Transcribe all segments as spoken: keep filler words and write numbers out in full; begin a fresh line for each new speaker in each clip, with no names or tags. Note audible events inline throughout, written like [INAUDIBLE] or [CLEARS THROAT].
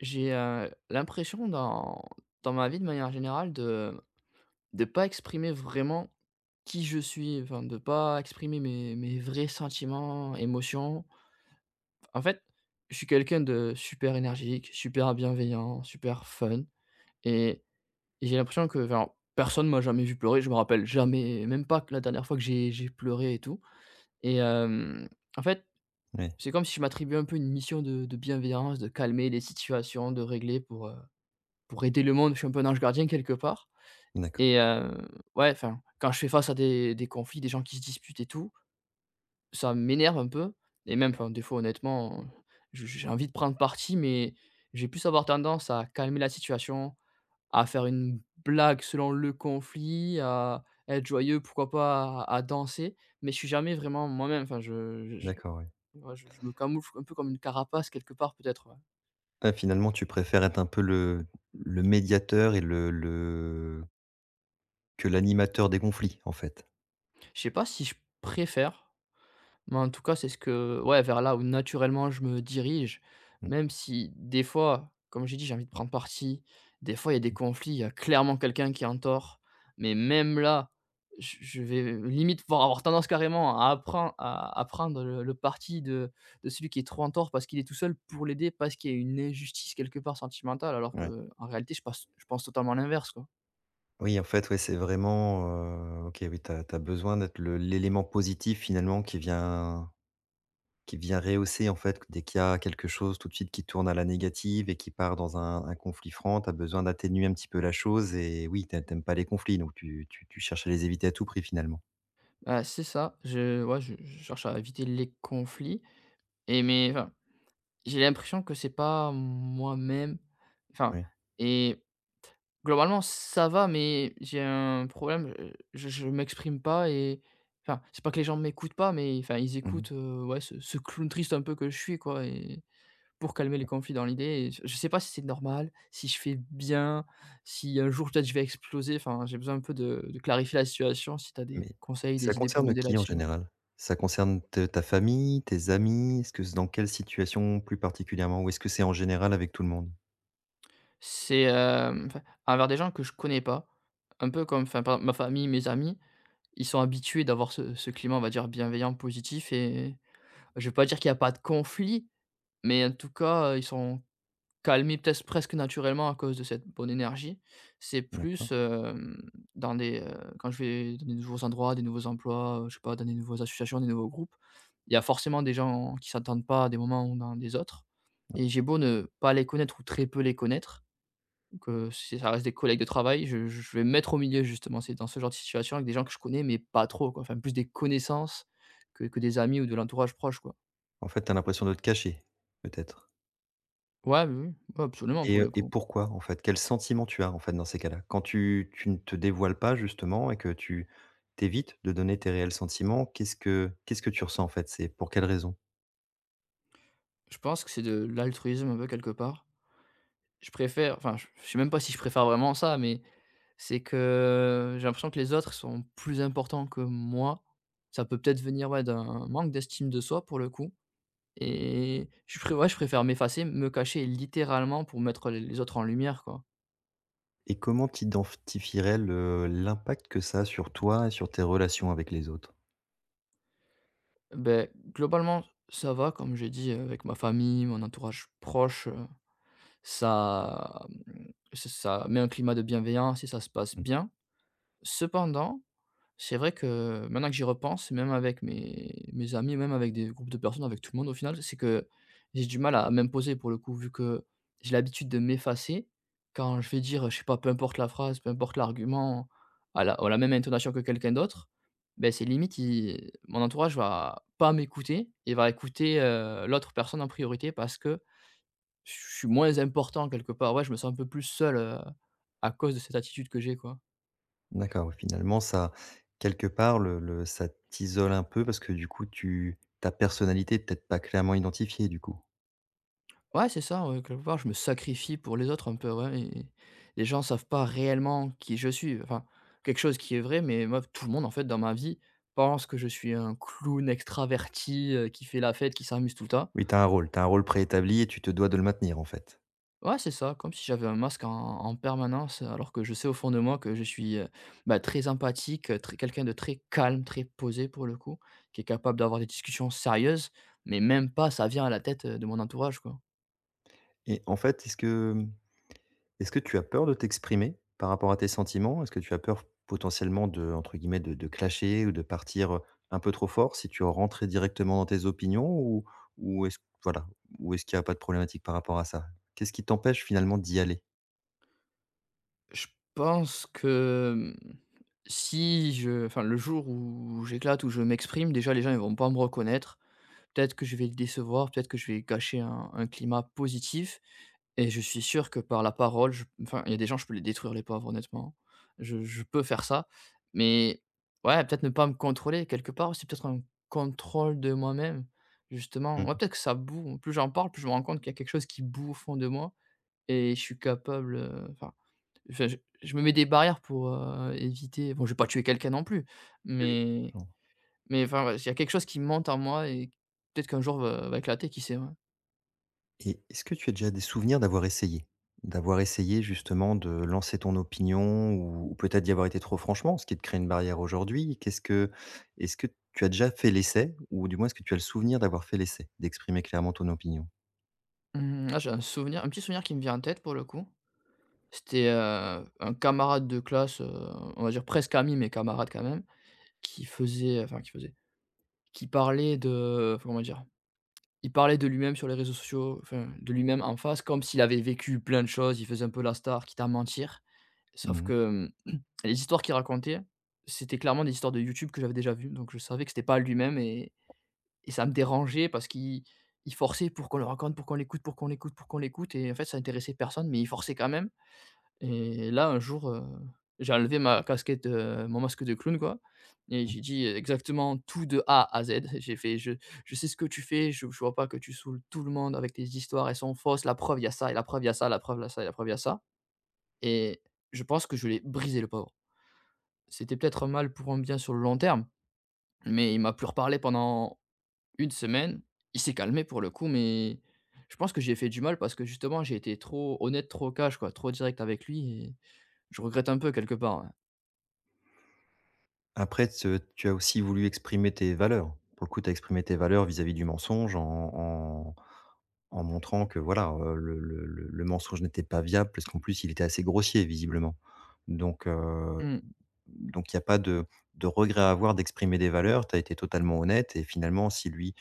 J'ai, heu, l'impression dans dans ma vie de manière générale de de pas exprimer vraiment qui je suis, enfin de pas exprimer mes mes vrais sentiments, émotions. En fait, je suis quelqu'un de super énergique, super bienveillant, super fun et et j'ai l'impression que enfin, personne m'a jamais vu pleurer, je me rappelle jamais, même pas que la dernière fois que j'ai j'ai pleuré et tout et hem, en fait,
Oui,
c'est comme si je m'attribuais un peu une mission de de bienveillance, de calmer les situations, de régler pour, heu pour aider le monde, je suis un peu un ange gardien quelque part
d'accord,
et heu, ouais, enfin, quand je fais face à des des conflits, des gens qui se disputent et tout, ça m'énerve un peu et même, enfin, des fois, honnêtement, je j'ai envie de prendre parti, mais j'ai vais plus avoir tendance à calmer la situation, à faire une blague selon le conflit, à être joyeux, pourquoi pas, à à danser, mais je suis jamais vraiment moi-même. Enfin, je je
d'accord,
je-
oui.
ouais, je je me camoufle un peu comme une carapace quelque part peut-être, ouais.
Ah, finalement, tu préfères être un peu le le médiateur et le le que l'animateur des conflits, en fait?
Je sais pas si je préfère. Mais en tout cas, c'est ce que ouais, vers là où naturellement je me dirige,
Mmh,
même si des fois, comme j'ai dit, j'ai envie de prendre parti, des fois il y a des conflits, il y a clairement quelqu'un qui est en tort, mais même là, je je vais limite pouvoir avoir tendance carrément à appren à à prendre le le parti de de celui qui est trop en tort parce qu'il est tout seul pour l'aider, parce qu'il y a une injustice quelque part sentimentale alors
ouais.
que en réalité je passe je pense totalement l'inverse quoi.
Oui, en fait, ouais, c'est vraiment, heu, OK, oui, tu as besoin d'être le l'élément positif, finalement, qui vient qui vient rehausser, en fait, dès qu'il y a quelque chose, tout de suite, qui tourne à la négative et qui part dans un un conflit franc. Tu as besoin d'atténuer un petit peu la chose et oui, tu ai pas les conflits, donc tu tu tu cherches à les éviter à tout prix, finalement.
Bah, c'est ça, je ouais, je je cherche à éviter les conflits et mais enfin j'ai l'impression que c'est pas moi-même, enfin
Oui.
et globalement ça va, mais j'ai un problème, heu, je je m'exprime pas et enfin, c'est pas que les gens m'écoutent pas, mais enfin ils
Mmh.
écoutent, heu, ouais ce ce clown triste un peu que je suis quoi et pour calmer les conflits dans l'idée et je je sais pas si c'est normal, si je fais bien, si un jour peut-être je vais exploser, enfin j'ai besoin un peu de de clarifier la situation si t'as des
Mais
conseils,
ça
des idées pour
concerne
m'aider
qui en
là-dessus, hein.
général? Ça concerne te ta famille, tes amis? Est-ce que c'est dans quelle situation plus particulièrement? Ou est-ce que c'est en général avec tout le monde?
C'est, hem, enfin envers des gens que je connais pas, un peu comme enfin par exemple ma famille, mes amis. Ils sont habitués d'avoir ce ce climat, on va dire, bienveillant, positif et je vais pas dire qu'il n'y a pas de conflit, mais en tout cas, heu, ils sont calmés peut-être presque naturellement à cause de cette bonne énergie. C'est
D'accord.
plus, hem, dans des, heu, quand je vais dans des nouveaux endroits, des nouveaux emplois, heu, je sais pas, dans des nouvelles associations, des nouveaux groupes, il y a forcément des gens qui s'entendent pas à des moments ou dans des autres et j'ai beau ne pas les connaître ou très peu les connaître, donc, heu, si ça reste des collègues de travail, je je je vais me mettre au milieu justement. C'est dans ce genre de situation avec des gens que je connais, mais pas trop quoi, enfin plus des connaissances que que des amis ou de l'entourage proche quoi.
En fait, tu as l'impression de te cacher, peut-être?
Ouais, oui, oui, ouais, absolument pour
Et heu
le
et
coup.
pourquoi en fait? Quel sentiment tu as en fait dans ces cas-là? Quand tu tu ne te dévoiles pas justement et que tu t'évites de donner tes réels sentiments, qu'est-ce que qu'est-ce que tu ressens en fait? C'est pour quelle raison?
Je pense que c'est de l'altruisme un peu quelque part. Je préfère enfin je je sais même pas si je préfère vraiment ça, mais c'est que j'ai l'impression que les autres sont plus importants que moi. Ça peut peut-être venir, ouais, d'un manque d'estime de soi pour le coup et je pré ouais, je préfère m'effacer, me cacher littéralement pour mettre les les autres en lumière quoi.
Et comment tu identifierais l'impact que ça a sur toi et sur tes relations avec les autres?
Ben, globalement, ça va, comme j'ai dit, heu, avec ma famille, mon entourage proche, heu, ça, mmh, ça met un climat de bienveillance et ça se passe
Mmh.
bien. Cependant, c'est vrai que maintenant que j'y repense, même avec mes mes amis, même avec des groupes de personnes, avec tout le monde au final, c'est que j'ai du mal à m'imposer pour le coup, vu que j'ai l'habitude de m'effacer. Quand je vais dire, je sais pas, peu importe la phrase, peu importe l'argument, à la à la même intonation que quelqu'un d'autre, ben c'est limite il mon entourage va pas m'écouter et va écouter, heu, l'autre personne en priorité parce que je suis moins important quelque part. Ouais, je me sens un peu plus seul, heu, à cause de cette attitude que j'ai, quoi.
D'accord, oui, finalement, ça quelque part, le le ça t'isole un peu parce que du coup, tu ta personnalité est peut-être pas clairement identifiée, du coup?
Ouais, c'est ça, ouais, quelque part, je me sacrifie pour les autres un peu, ouais et les gens savent pas réellement qui je suis. Enfin, quelque chose qui est vrai, mais moi, tout le monde, en fait, dans ma vie, pense que je suis un clown extraverti, heu, qui fait la fête, qui s'amuse tout le temps.
Oui, tu as un rôle, tu as un rôle préétabli et tu te dois de le maintenir, en fait.
Ouais, c'est ça, comme si j'avais un masque en en permanence, alors que je sais au fond de moi que je suis, heu, bah, très empathique, heu, très quelqu'un de très calme, très posé pour le coup, qui est capable d'avoir des discussions sérieuses, mais même pas ça vient à la tête, heu, de mon entourage, quoi.
Et en fait, est-ce que, mmh, est-ce que tu as peur de t'exprimer par rapport à tes sentiments? Est-ce que tu as peur potentiellement de entre guillemets, de de clasher ou de partir, un peu trop fort si tu rentrais directement dans tes opinions ou ou est-ce voilà, ou est-ce qu'il n'y a pas de problématique par rapport à ça? Qu'est-ce qui t'empêche finalement d'y aller?
Je pense que, mmh, si je enfin, le jour où j'éclate, où je m'exprime, déjà les gens ils vont pas me reconnaître. Peut-être que je vais les décevoir, peut-être que je vais gâcher un un climat positif et je suis sûr que par la parole, je enfin, il y a des gens, je peux les détruire les pauvres honnêtement. Je je peux faire ça, mais ouais, peut-être ne pas me contrôler quelque part, c'est peut-être un contrôle de moi-même justement.
Mmh.
Ouais, peut-être que ça boue, plus j'en parle, plus je me rends compte qu'il y a quelque chose qui boue au fond de moi et je suis capable, euh, enfin. Enfin, je je me mets des barrières pour, heu, éviter bon, je vais pas tuer quelqu'un non plus, mais
Oui.
mais enfin, ouais, il y a quelque chose qui monte en moi et peut-être qu'un jour va va éclater, qui sait, ouais.
Et est-ce que tu as déjà des souvenirs d'avoir essayé? D'avoir essayé justement de lancer ton opinion ou ou peut-être d'y avoir été trop franchement, ce qui te crée une barrière aujourd'hui? Qu'est-ce que est-ce que tu as déjà fait l'essai ou du moins est-ce que tu as le souvenir d'avoir fait l'essai, d'exprimer clairement ton opinion?
Mmh, là, j'ai un souvenir un petit souvenir qui me vient en tête pour le coup. C'était, heu, un camarade de classe, heu, on va dire presque ami, mais camarade quand même, qui faisait enfin qui faisait, qui parlait de enfin, comment dire? Il parlait de lui-même sur les réseaux sociaux, enfin de lui-même en face, comme s'il avait vécu plein de choses. Il faisait un peu la star, quitte à mentir. Sauf
Mmh.
que, hem, [CLEARS THROAT] les histoires qu'il racontait, c'était clairement des histoires de YouTube que j'avais déjà vues, donc je savais que c'était pas lui-même et et ça me dérangeait parce qu'il il forçait pour qu'on le raconte, pour qu'on l'écoute, pour qu'on l'écoute, pour qu'on l'écoute et en fait ça intéressait personne, mais il forçait quand même et là, un jour, heu, j'ai enlevé ma casquette, heu, mon masque de clown quoi et j'ai dit exactement tout de A à Z. J'ai fait: «Je je sais ce que tu fais, je je vois pas que tu saoules tout le monde avec tes histoires, elles sont fausses, la preuve il y a ça et la preuve il y a ça, la preuve il y a ça et la preuve il y a ça» et je pense que je l'ai brisé le pauvre. C'était peut-être un mal pour un bien sur le long terme, mais il m'a plus reparlé pendant une semaine. Il s'est calmé pour le coup, mais je pense que j'ai fait du mal parce que justement j'ai été trop honnête, trop cash quoi, trop direct avec lui et je regrette un peu quelque part, ouais.
Après te tu as aussi voulu exprimer tes valeurs. Pour le coup, tu as exprimé tes valeurs vis-à-vis du mensonge en en en montrant que voilà, heu, le le le le mensonge n'était pas viable parce qu'en plus il était assez grossier visiblement. Donc
Mmh.
Donc il n'y a pas de de regret à avoir d'exprimer des valeurs. Tu as été totalement honnête et finalement, si lui,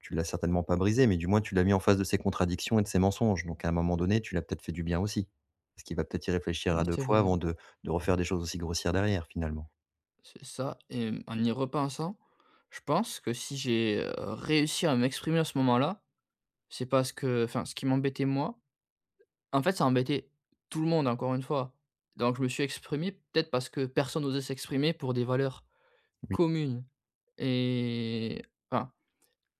tu l'as certainement pas brisé, mais du moins tu l'as mis en face de ses contradictions et de ses mensonges. Donc à un moment donné, tu l'as peut-être fait du bien aussi. Parce qu'il va peut-être y réfléchir
Ouais,
à deux
c'est
fois
vrai,
avant de de refaire des choses aussi grossières derrière finalement.
c'est ça et en y repensant, je pense que si j'ai, heu, réussi à m'exprimer à ce moment-là, c'est parce que enfin ce qui m'embêtait moi, en fait ça embêtait tout le monde encore une fois. Donc je me suis exprimé peut-être parce que personne n'osait s'exprimer pour des valeurs
Oui,
communes. Et enfin,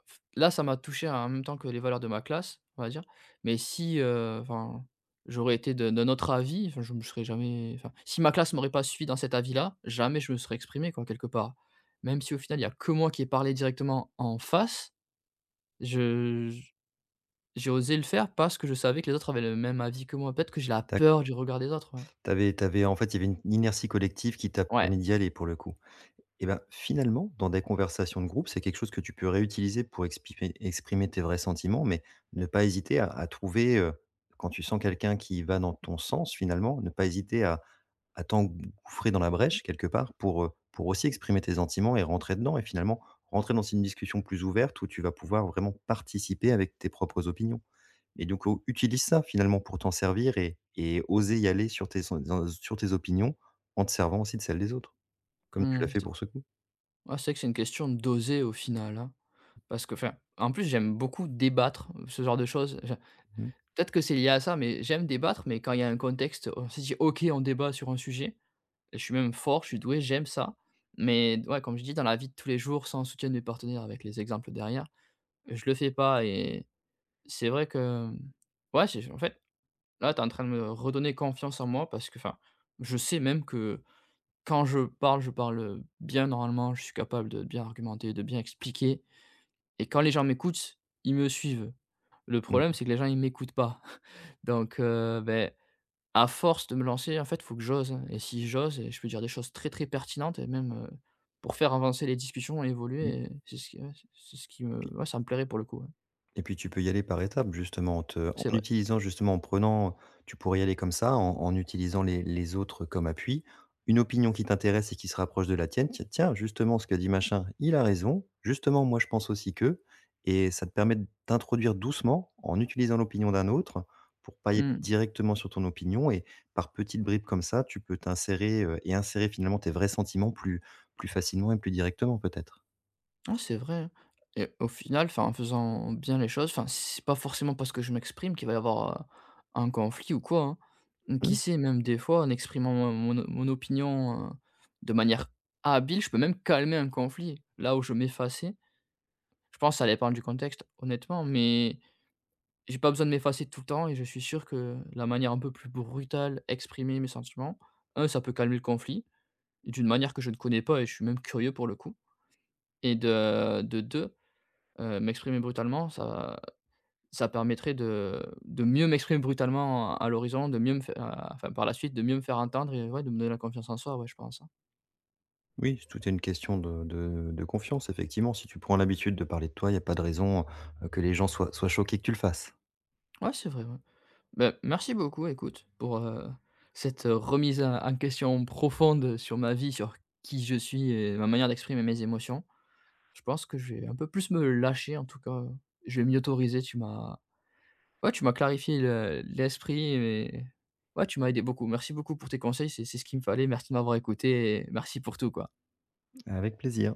f là, ça m'a touché en même temps que les valeurs de ma classe, on va dire. Mais si, heu, enfin, j'aurais été de d'un autre avis, enfin, je me serais jamais enfin, si ma classe m'aurait pas suivi dans cet avis-là, jamais je me serais exprimé quoi, quelque part. Même si au final, il y a que moi qui ai parlé directement en face, je j j'ai osé le faire parce que je savais que les autres avaient le même avis que moi. Peut-être que j'ai la
tac.
peur du regard des autres, ouais.
T'avais, t'avais, en fait, il y avait une inertie collective qui t'a
Ouais,
permis d'y aller pour le coup. Et ben finalement, dans des conversations de groupe, c'est quelque chose que tu peux réutiliser pour exprimer exprimer tes vrais sentiments, mais ne pas hésiter à à trouver, heu, quand tu sens quelqu'un qui va dans ton sens finalement, ne pas hésiter à à t'engouffrer dans la brèche quelque part pour, heu, pour aussi exprimer tes sentiments et rentrer dedans et finalement rentrer dans une discussion plus ouverte où tu vas pouvoir vraiment participer avec tes propres opinions et donc au utilise ça finalement pour t'en servir et et oser y aller sur tes sur tes opinions en te servant aussi de celles des autres, comme tu
mmh,
l'as fait
c'est
pour ce coup.
ouais, c'est vrai que c'est une question d'oser au final, hein. Parce que enfin, en plus, j'aime beaucoup débattre, ce genre de choses. Enfin,
Mmh.
peut-être que c'est lié à ça, mais j'aime débattre, mais quand il y a un contexte, on se dit: «OK, on débat sur un sujet». Je suis même fort, je suis doué, j'aime ça. Mais ouais, comme je dis, dans la vie de tous les jours, sans soutien de partenaire avec les exemples derrière, je le fais pas et c'est vrai que, ouais, j'ai en fait, là, tu es en train de me redonner confiance en moi parce que, enfin, je sais même que quand je parle, je parle, bien normalement, je suis capable de bien argumenter, de bien expliquer et quand les gens m'écoutent, ils me suivent. Le problème,
Mmh,
c'est que les gens, ils m'écoutent pas. [LAUGHS] Donc heu, beh, à force de me lancer, en fait, faut que j'ose hein. Et si j'ose et je peux dire des choses très, très pertinentes et même, heu, pour faire avancer les discussions et
oui,
évoluer et c'est ce qui ouais, c'est ce qui
et
me
puis
ouais, ça me plairait pour le coup, ouais.
et puis tu peux y aller par étapes justement en te en
C'est vrai.
utilisant justement en prenant tu pourrais y aller comme ça en en utilisant les les autres comme appui. Une opinion qui t'intéresse et qui se rapproche de la tienne, ti tiens justement ce que dit machin, il a raison, justement moi je pense aussi que et ça te permet de t'introduire doucement en utilisant l'opinion d'un autre pour pas y aller
Mmh.
directement sur ton opinion et par petites bribes comme ça, tu peux t'insérer, heu et insérer finalement tes vrais sentiments plus plus facilement et plus directement peut-être.
Ah, c'est vrai, hein et au final, enfin, en faisant bien les choses, enfin, si c'est pas forcément parce que je m'exprime qu'il va y avoir, heu, un conflit ou quoi, hein. Mmh, qui sait, même des fois, en exprimant mon mon mon opinion, heu, de manière habile, je peux même calmer un conflit. Là où je m'effaçais, je pense que ça dépend du contexte, honnêtement. Mais j'ai pas besoin de m'effacer tout le temps et je suis sûr que la manière un peu plus brutale, exprimer mes sentiments, un ça peut calmer le conflit, d'une manière que je ne connais pas et je suis même curieux pour le coup et de de deux, heu, m'exprimer brutalement, ça ça permettrait de de mieux m'exprimer brutalement à à l'horizon, de mieux me fai à enfin par la suite, de mieux me faire entendre et ouais, de me donner la confiance en soi, ouais, je pense, hein.
Oui, tout est une question de de de confiance, effectivement. Si tu prends l'habitude de parler de toi, il n'y a pas de raison, heu, que les gens soient soient choqués que tu le fasses.
Ouais, c'est vrai, ouais. Bah, merci beaucoup écoute pour, heu, cette euh, remise en en question profonde sur ma vie, sur qui je suis et ma manière d'exprimer mes émotions. Je pense que je vais un peu plus me lâcher en tout cas, je vais m'y autoriser. Tu m'as ouais, tu m'as clarifié le l'esprit et ouais, tu m'as aidé beaucoup. Merci beaucoup pour tes conseils, c'est c'est ce qu'il me fallait. Merci de m'avoir écouté et merci pour tout, quoi.
Avec plaisir.